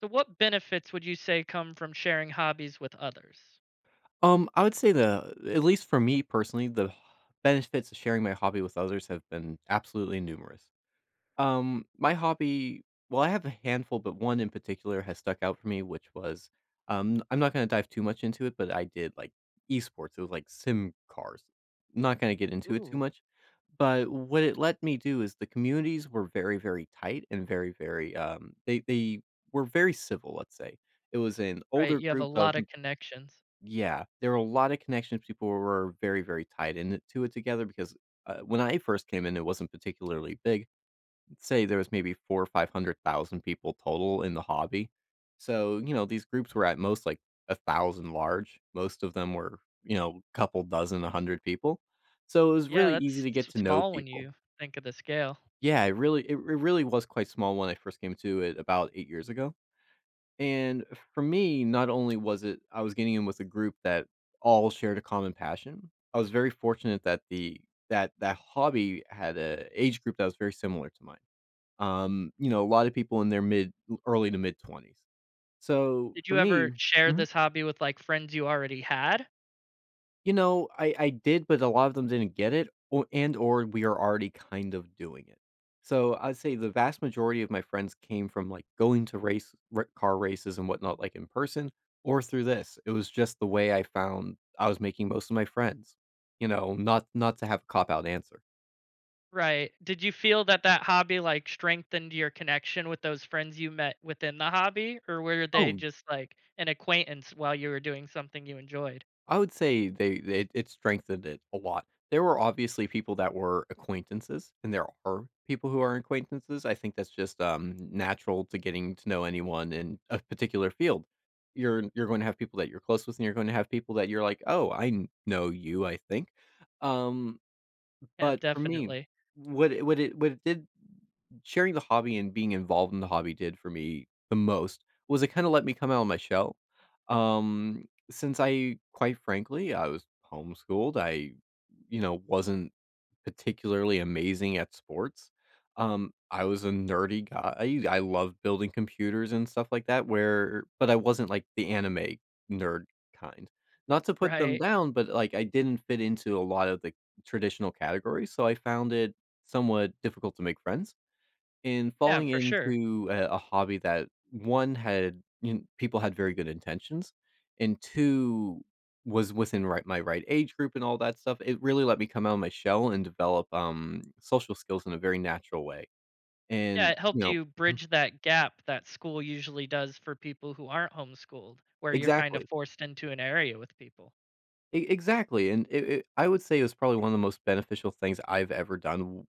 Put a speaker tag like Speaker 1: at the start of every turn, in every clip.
Speaker 1: So what benefits would you say come from sharing hobbies with others?
Speaker 2: I would say the at least for me personally, the benefits of sharing my hobby with others have been absolutely numerous. My hobby, well, I have a handful, but one in particular has stuck out for me, which was, I'm not going to dive too much into it, but I did like esports. It was like sim cars. Not going to get into it too
Speaker 1: Ooh,
Speaker 2: much, but what it let me do is the communities were very, very tight and very, very, they were very civil. Let's say it was an
Speaker 1: right,
Speaker 2: older
Speaker 1: you have a
Speaker 2: group of
Speaker 1: lot of connections.
Speaker 2: yeah, there were a lot of connections. People were very, very tied into it together because when I first came in, it wasn't particularly big. Say there was maybe four or five hundred thousand people total in the hobby. So you know these groups were at most like 1,000 large. Most of them were you know couple dozen, 100 people. So it was
Speaker 1: Yeah,
Speaker 2: really easy
Speaker 1: that's
Speaker 2: to get
Speaker 1: s
Speaker 2: to know
Speaker 1: small when
Speaker 2: people.
Speaker 1: you think of the scale.
Speaker 2: Yeah, it really, it really was quite small when I first came to it about 8 years ago, and for me, not only was it I was getting in with a group that all shared a common passion, I was very fortunate that the that that hobby had a age group that was very similar to mine. You know, a lot of people in their mid early to mid 20s. So,
Speaker 1: Did
Speaker 2: for
Speaker 1: you
Speaker 2: me
Speaker 1: ever share this hobby with, like, friends you already had?
Speaker 2: you know, I did, but a lot of them didn't get it, or and or we are already kind of doing it. So I'd say the vast majority of my friends came from like going to car races and whatnot, like in person or through this. It was just the way I found I was making most of my friends. You know, not to have a cop out answer.
Speaker 1: Right. Did you feel that that hobby, like, strengthened your connection with those friends you met within the hobby, or were they
Speaker 2: Oh,
Speaker 1: just, like, an acquaintance while you were doing something you enjoyed?
Speaker 2: I would say they it strengthened it a lot. There were obviously people that were acquaintances, and there are people who are acquaintances. I think that's just natural to getting to know anyone in a particular field. You're going to have people that you're close with, and you're going to have people that you're like, oh, know you. I think. Um,
Speaker 1: Yeah,
Speaker 2: but for me,
Speaker 1: definitely.
Speaker 2: what it did sharing the hobby and being involved in the hobby did for me the most was it kind of let me come out on my shell. Since I, quite frankly, I was homeschooled, I, you know, wasn't particularly amazing at sports. I was a nerdy guy. I love building computers and stuff like that, where, but I wasn't like the anime nerd kind. Not to put them
Speaker 1: Right.
Speaker 2: down, but like I didn't fit into a lot of the traditional categories. So I found it somewhat difficult to make friends. In
Speaker 1: Yeah,
Speaker 2: falling
Speaker 1: for sure.
Speaker 2: into a hobby that, 1, had you know, people had very good intentions, and 2, was within my right age group and all that stuff, it really let me come out of my shell and develop, social skills in a very natural way,
Speaker 1: Yeah,
Speaker 2: and,
Speaker 1: it
Speaker 2: you
Speaker 1: helped
Speaker 2: know
Speaker 1: you
Speaker 2: mhm,
Speaker 1: bridge that gap that school usually does for people who aren't homeschooled, where you're kind of
Speaker 2: exactly.
Speaker 1: forced into an area with people.
Speaker 2: E Exactly, and it I would say it was probably one of the most beneficial things I've ever done w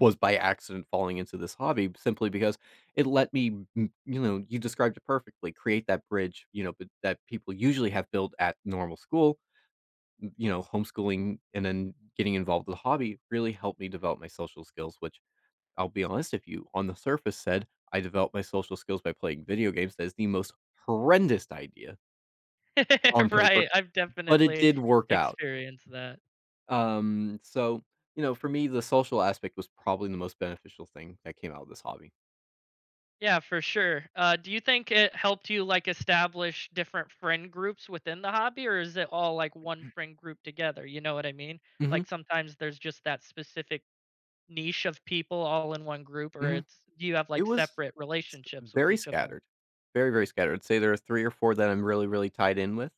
Speaker 2: was by accident falling into this hobby simply because it let me m you know, you described it perfectly, create that bridge, you know, but that people usually have built at normal school, m you know, homeschooling and then getting involved with a hobby really helped me develop my social skills, which I'll be honest, if you on the surface said, "I developed my social skills by playing video games," that is the most horrendous idea on paper,
Speaker 1: Right, I've
Speaker 2: but it
Speaker 1: definitely
Speaker 2: did work out.
Speaker 1: experienced that.
Speaker 2: So, you know, for me, the social aspect was probably the most beneficial thing that came out of this hobby.
Speaker 1: Yeah, for sure. Do you think it helped you, like, establish different friend groups within the hobby, or is it all, like, one friend group together, you know what I mean?
Speaker 2: hmm
Speaker 1: Like, sometimes there's just that specific niche of people all in one group, or
Speaker 2: hmm
Speaker 1: it's do you have,
Speaker 2: It
Speaker 1: like,
Speaker 2: was
Speaker 1: separate relationships with
Speaker 2: very
Speaker 1: each of them?
Speaker 2: scattered, very, very scattered. I'd say there are 3 or 4 that I'm really, really tied in with.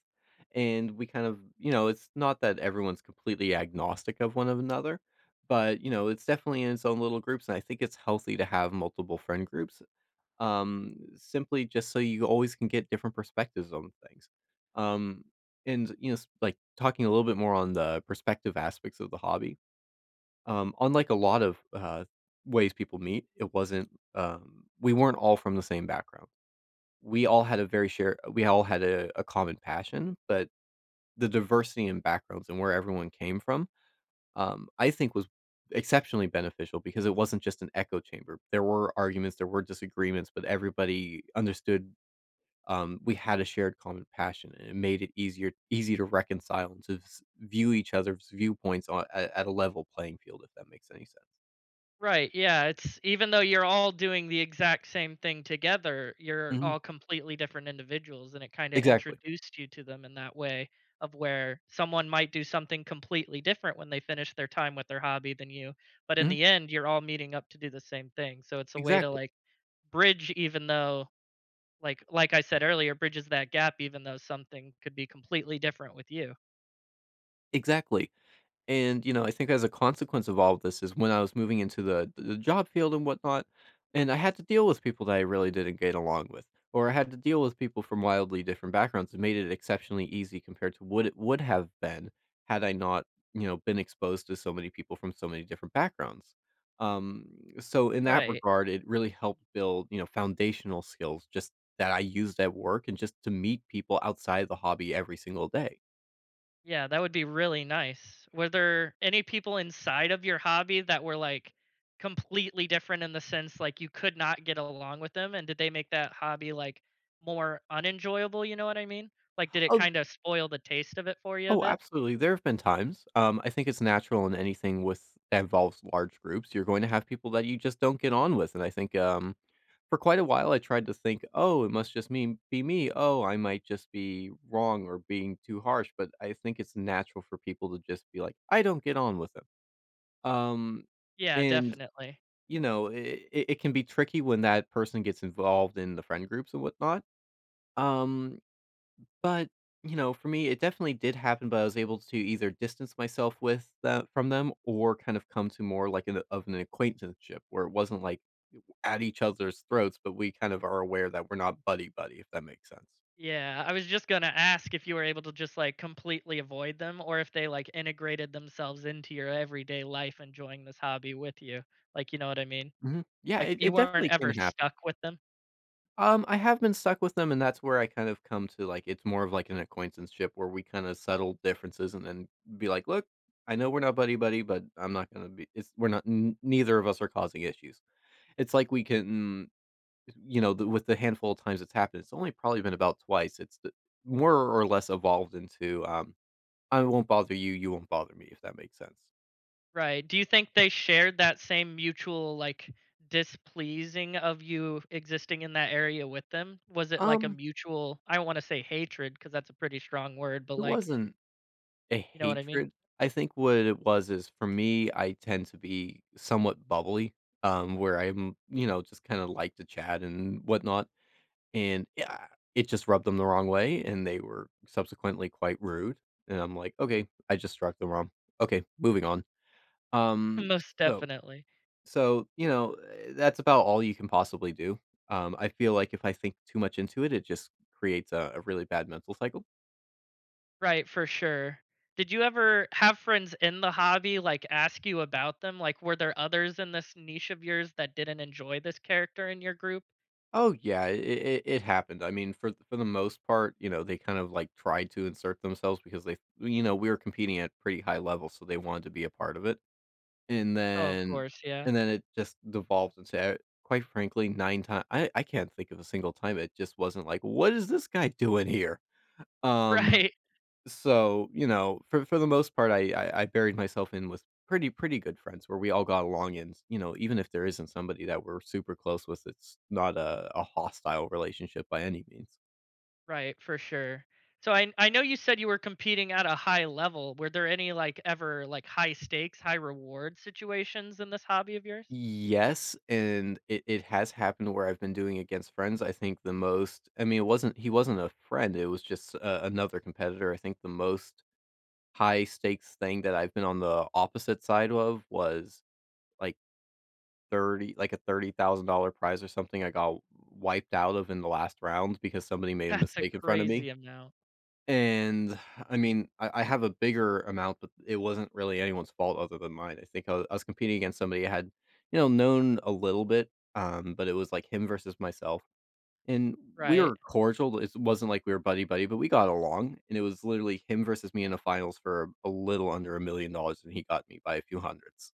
Speaker 2: And we kind of, you know, it's not that everyone's completely agnostic of one of another, but, you know, it's definitely in its own little groups. And I think it's healthy to have multiple friend groups, simply just so you always can get different perspectives on things. Um, and you know, like talking a little bit more on the perspective aspects of the hobby. Unlike a lot of ways people meet, it wasn't. We weren't all from the same background. We all had a very share. We all had a common passion, but the diversity in backgrounds and where everyone came from, I think, was exceptionally beneficial because it wasn't just an echo chamber. There were arguments, there were disagreements, but everybody understood we had a shared common passion, and it made it easier easy to reconcile and to view each other's viewpoints on, at a level playing field, if that makes any sense.
Speaker 1: Right, yeah, it's even though you're all doing the exact same thing together, you're
Speaker 2: Mhm.
Speaker 1: all completely different individuals, and it kinda
Speaker 2: Exactly.
Speaker 1: introduced you to them in that way of where someone might do something completely different when they finish their time with their hobby than you, but in
Speaker 2: Mhm.
Speaker 1: the end, you're all meeting up to do the same thing, so it's a way to,
Speaker 2: Exactly.
Speaker 1: like, bridge even though like I said earlier, bridges that gap even though something could be completely different with you.
Speaker 2: Exactly. And, you know, I think as a consequence of all of this is when I was moving into the job field and whatnot, and I had to deal with people that I really didn't get along with, or I had to deal with people from wildly different backgrounds. It made it exceptionally easy compared to what it would have been had I not, you know, been exposed to so many people from so many different backgrounds. Um, so in that
Speaker 1: Right.
Speaker 2: regard, it really helped build, you know, foundational skills just that I used at work and just to meet people outside the hobby every single day.
Speaker 1: Yeah, that would be really nice. Were there any people inside of your hobby that were like completely different in the sense like you could not get along with them? And did they make that hobby like more unenjoyable? You know what I mean? Like, did it
Speaker 2: Oh.
Speaker 1: kind of spoil the taste of it for you a
Speaker 2: Oh,
Speaker 1: bit?
Speaker 2: absolutely. There have been times. I think it's natural in anything with that involves large groups. You're going to have people that you just don't get on with, and I think for quite a while, I tried to think, "Oh, it must just mean be me. Oh, I might just be wrong or being too harsh." But I think it's natural for people to just be like, "I don't get on with them," um,
Speaker 1: Yeah,
Speaker 2: and
Speaker 1: definitely.
Speaker 2: you know, it can be tricky when that person gets involved in the friend groups and whatnot. Um, but, you know, for me, it definitely did happen, but I was able to either distance myself with that from them or kind of come to more like of an acquaintanceship where it wasn't like at each other's throats, but we kind of are aware that we're not buddy buddy, if that makes sense.
Speaker 1: Yeah, I was just gonna ask if you were able to just like completely avoid them or if they like integrated themselves into your everyday life enjoying this hobby with you. Like, you know what I mean?
Speaker 2: Hmm Yeah,
Speaker 1: Like, you
Speaker 2: it
Speaker 1: weren't
Speaker 2: definitely can
Speaker 1: ever
Speaker 2: happen.
Speaker 1: stuck with them.
Speaker 2: I have been stuck with them, and that's where I kind of come to like it's more of like an acquaintanceship where we kind of settle differences and then be like, look, I know we're not buddy buddy, but I'm not gonna be. It's We're not. Neither of us are causing issues it's like we can you know, the with the handful of times it's happened, it's only probably been about twice. It's the more or less evolved into, "I won't bother you, you won't bother me," if that makes sense.
Speaker 1: Right. Do you think they shared that same mutual, like, displeasing of you existing in that area with them? Was it like a
Speaker 2: Um,
Speaker 1: mutual I don't wanna say hatred because that's a pretty strong word, but,
Speaker 2: it
Speaker 1: like,
Speaker 2: wasn't a
Speaker 1: you know what I mean?
Speaker 2: hatred. I think what it was is for me, I tend to be somewhat bubbly, where I'm, you know, just kinda like to chat and whatnot, and, yeah, it just rubbed them the wrong way, and they were subsequently quite rude, and I'm like, "Okay, I just struck them wrong. Okay, moving on." Um,
Speaker 1: Most
Speaker 2: so
Speaker 1: definitely.
Speaker 2: So, you know, eh, that's about all you can possibly do. I feel like if I think too much into it, it just creates a really bad mental cycle.
Speaker 1: Right, for sure. Did you ever have friends in the hobby, like, ask you about them? Like, were there others in this niche of yours that didn't enjoy this character in your group?
Speaker 2: Oh yeah, it happened. I mean, for the most part, you know, they kind of like tried to insert themselves because they, you know, we were competing at pretty high levels, so they wanted to be a part of it. And
Speaker 1: Oh, of
Speaker 2: then
Speaker 1: course, yeah.
Speaker 2: and then it just devolved into, eh, quite frankly, nine times. I can't think of a single time it just wasn't like, what is this guy doing here? Um,
Speaker 1: Right.
Speaker 2: So, you know, for the most part, I buried myself in with pretty good friends where we all got along and, you know, even if there isn't somebody that we're super close with, it's not a hostile relationship by any means.
Speaker 1: Right, for sure. So I know you said you were competing at a high level. Were there any like ever like high stakes, high reward situations in this hobby of yours?
Speaker 2: Yes, and it has happened where I've been doing against friends. I think the most, I mean, it wasn't, he wasn't a friend. It was just another competitor. I think the most high stakes thing that I've been on the opposite side of was like 30 like a $30,000 prize or something I got wiped out of in the last round because somebody made a
Speaker 1: That's a
Speaker 2: mistake in front of me.
Speaker 1: crazy amount,
Speaker 2: And I mean, I have a bigger amount, but it wasn't really anyone's fault other than mine. I think I was competing against somebody I had, you know, known a little bit, but it was like him versus myself. And we
Speaker 1: right?
Speaker 2: were cordial. It wasn't like we were buddy buddy, but we got along. And it was literally him versus me in the finals for a little under $1 million, and he got me by a few hundreds.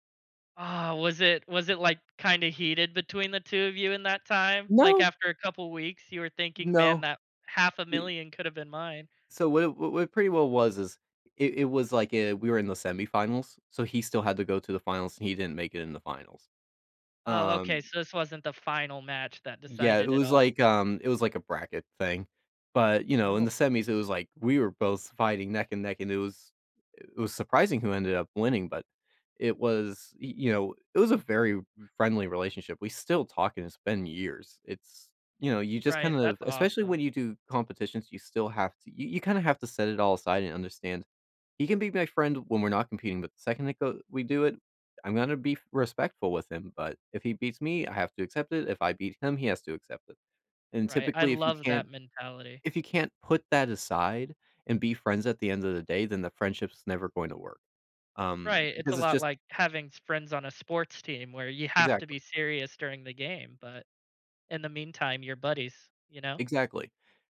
Speaker 1: Ah, was it like kind of heated between the two of you in that time? Like
Speaker 2: No,
Speaker 1: after a couple weeks, you were thinking, "Man,
Speaker 2: no.
Speaker 1: that half a million could have been mine."
Speaker 2: So what it pretty well was is it was like, we were in the semifinals, so he still had to go to the finals, and he didn't make it in the finals.
Speaker 1: Oh, okay.
Speaker 2: Um,
Speaker 1: So this wasn't the final match that
Speaker 2: yeah,
Speaker 1: decided it all.
Speaker 2: it was like a bracket thing, but, you know, in the
Speaker 1: Oh,
Speaker 2: semis, it was like we were both fighting neck and neck, and it was surprising who ended up winning, but it was y you know, it was a very friendly relationship. We still talk, and it's been years. It's you know, you just kind
Speaker 1: right.
Speaker 2: of
Speaker 1: That's
Speaker 2: especially
Speaker 1: awesome.
Speaker 2: when you do competitions, you still have to you kinda have to set it all aside and understand he can be my friend when we're not competing, but the second it go we do it, I'm gonna be respectful with him, but if he beats me, I have to accept it. If I beat him, he has to accept it. And
Speaker 1: Right. I
Speaker 2: typically,
Speaker 1: love that mentality.
Speaker 2: if you can't put that aside and be friends at the end of the day, then the friendship's never going to work.
Speaker 1: Right, it's a
Speaker 2: Because it's
Speaker 1: lot
Speaker 2: just
Speaker 1: like having friends on a sports team where you have to be
Speaker 2: exactly.
Speaker 1: serious during the game, but in the meantime, you're buddies, you know?
Speaker 2: Exactly.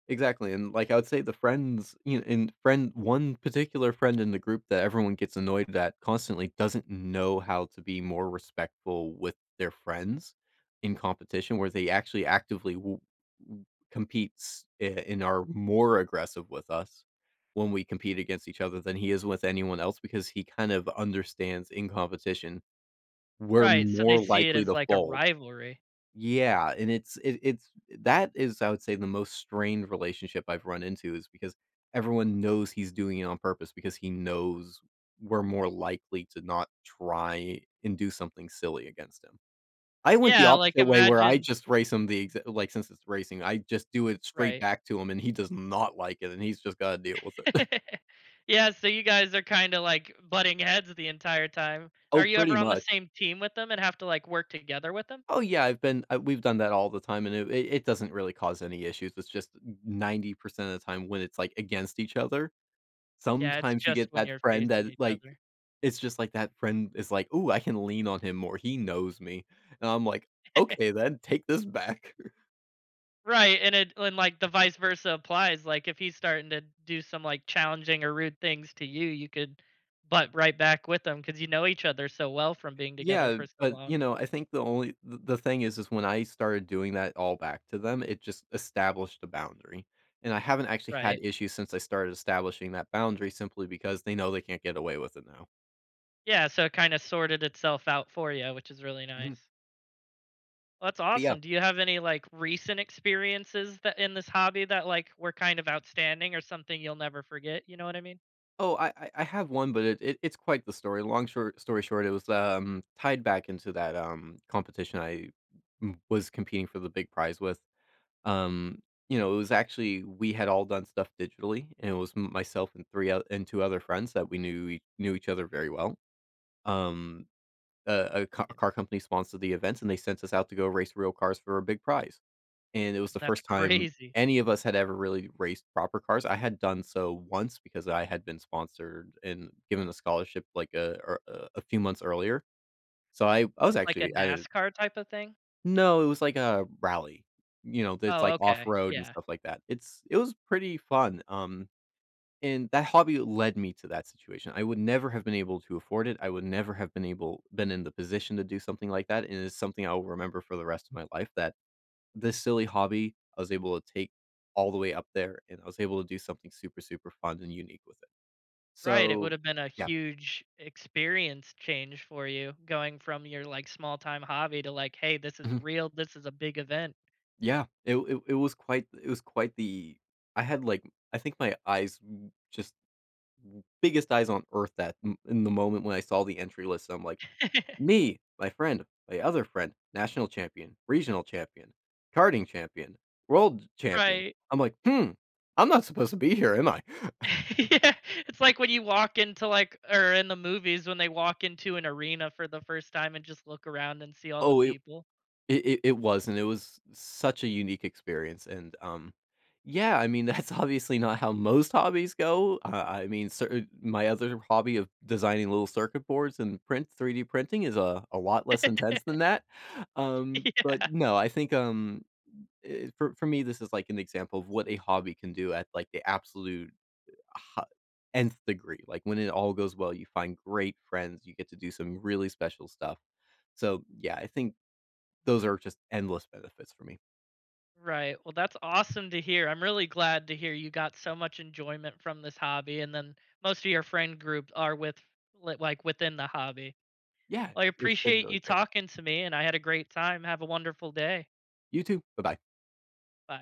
Speaker 2: Exactly, and, like, I would say the friends you know, and friend one particular friend in the group that everyone gets annoyed at constantly doesn't know how to be more respectful with their friends in competition where they actually actively w w competes I and are more aggressive with us when we compete against each other than he is with anyone else because he kind of understands in competition, we're
Speaker 1: Right, so they
Speaker 2: more
Speaker 1: see it
Speaker 2: likely
Speaker 1: as
Speaker 2: to
Speaker 1: like a
Speaker 2: fold.
Speaker 1: rivalry.
Speaker 2: Yeah, and it's that is, I would say, the most strained relationship I've run into is because everyone knows he's doing it on purpose because he knows we're more likely to not try and do something silly against him. I went the
Speaker 1: Yeah, like
Speaker 2: opposite way where I
Speaker 1: imagine
Speaker 2: just race him the exa like, since it's racing, I just do it straight
Speaker 1: right.
Speaker 2: back to him, and he does not like it, and he's just gotta deal with it.
Speaker 1: Yeah, so you guys are kinda like butting heads the entire time.
Speaker 2: Oh,
Speaker 1: Are you
Speaker 2: pretty
Speaker 1: ever on the
Speaker 2: much.
Speaker 1: same team with them and have to like work together with them?
Speaker 2: Oh, yeah, I've been we've done that all the time, and it doesn't really cause any issues. It's just 90% of the time when it's, like, against each other.
Speaker 1: Yeah, it's
Speaker 2: Sometimes you
Speaker 1: just
Speaker 2: get
Speaker 1: when
Speaker 2: that
Speaker 1: you're
Speaker 2: friend
Speaker 1: facing
Speaker 2: that,
Speaker 1: each other.
Speaker 2: it's just like that friend is like, "Ooh, I can lean on him more, he knows me." And I'm like, "Okay then, take this back."
Speaker 1: Right, and it and like the vice versa applies. Like if he's starting to do some like challenging or rude things to you, you could butt right back with him because you know each other so well from being together
Speaker 2: Yeah,
Speaker 1: for so
Speaker 2: but, you
Speaker 1: long.
Speaker 2: know, I think the only th the thing is when I started doing that all back to them, it just established a boundary, and I haven't actually had
Speaker 1: Right.
Speaker 2: issues since I started establishing that boundary simply because they know they can't get away with it now.
Speaker 1: Yeah, so it kind of sorted itself out for you, which is really
Speaker 2: Mhm,
Speaker 1: nice. Well, that's
Speaker 2: but yeah.
Speaker 1: awesome. Do you have any like recent experiences that in this hobby that like were kind of outstanding or something you'll never forget? You know what I mean?
Speaker 2: Oh, I I have one, but it's quite the story. Long short story short, it was, tied back into that, competition I m was competing for the big prize with. Um, you know, it was actually we had all done stuff digitally, and it was m myself and 3 oth and 2 other friends that we knew e knew each other very well. Um, a ca
Speaker 1: Yeah.
Speaker 2: car company sponsored the event, and they sent us out to go race real cars for a big prize. And it was the
Speaker 1: That's
Speaker 2: first time
Speaker 1: crazy.
Speaker 2: any of us had ever really raced proper cars. I had done so once because I had been sponsored and given a scholarship like a or a a few months earlier. So I was
Speaker 1: It's like a
Speaker 2: actually at a
Speaker 1: NASCAR type of thing.
Speaker 2: no, it was like a rally, you know, it's
Speaker 1: Oh,
Speaker 2: like
Speaker 1: okay.
Speaker 2: off-road and
Speaker 1: Yeah.
Speaker 2: stuff like that. It was pretty fun, and that hobby led me to that situation. I would never have been able to afford it. I would never have been in the position to do something like that, and it's something I will remember for the rest of my life that this silly hobby, I was able to take all the way up there, and I was able to do something super, super fun and unique with it.
Speaker 1: Right, it would
Speaker 2: So
Speaker 1: have been a
Speaker 2: yeah.
Speaker 1: huge experience change for you going from your, like, small time hobby to like, "Hey, this is
Speaker 2: Mhm.
Speaker 1: real, this is a big event."
Speaker 2: Yeah. It was quite the I had, like I think my eyes w just biggest eyes on earth that m in the moment when I saw the entry list, I'm like, "Me, my friend, my other friend, national champion, regional champion, karting champion, world champion."
Speaker 1: Right.
Speaker 2: I'm like, "Hmm, I'm not supposed to be here, am I?"
Speaker 1: Yeah, it's like when you walk into, like or in the movies when they walk into an arena for the first time and just look around and see all the
Speaker 2: Oh, it
Speaker 1: people.
Speaker 2: It was, and it was such a unique experience, and, yeah, I mean, that's obviously not how most hobbies go, I mean, cer my other hobby of designing little circuit boards and print 3D printing is a lot less intense than that,
Speaker 1: Yeah.
Speaker 2: but no, I think, for me, this is, like, an example of what a hobby can do at, like, the absolute ha nth degree, like, when it all goes well, you find great friends, you get to do some really special stuff, so, yeah, I think those are just endless benefits for me.
Speaker 1: Right, well, that's awesome to hear, I'm really glad to hear you got so much enjoyment from this hobby, and then most of your friend group are with li like, within the hobby.
Speaker 2: Yeah,
Speaker 1: Well, I
Speaker 2: it's been
Speaker 1: appreciate
Speaker 2: really
Speaker 1: you
Speaker 2: great.
Speaker 1: talking to me, and I had a great time. Have a wonderful day.
Speaker 2: You too. Bye-bye.
Speaker 1: Bye.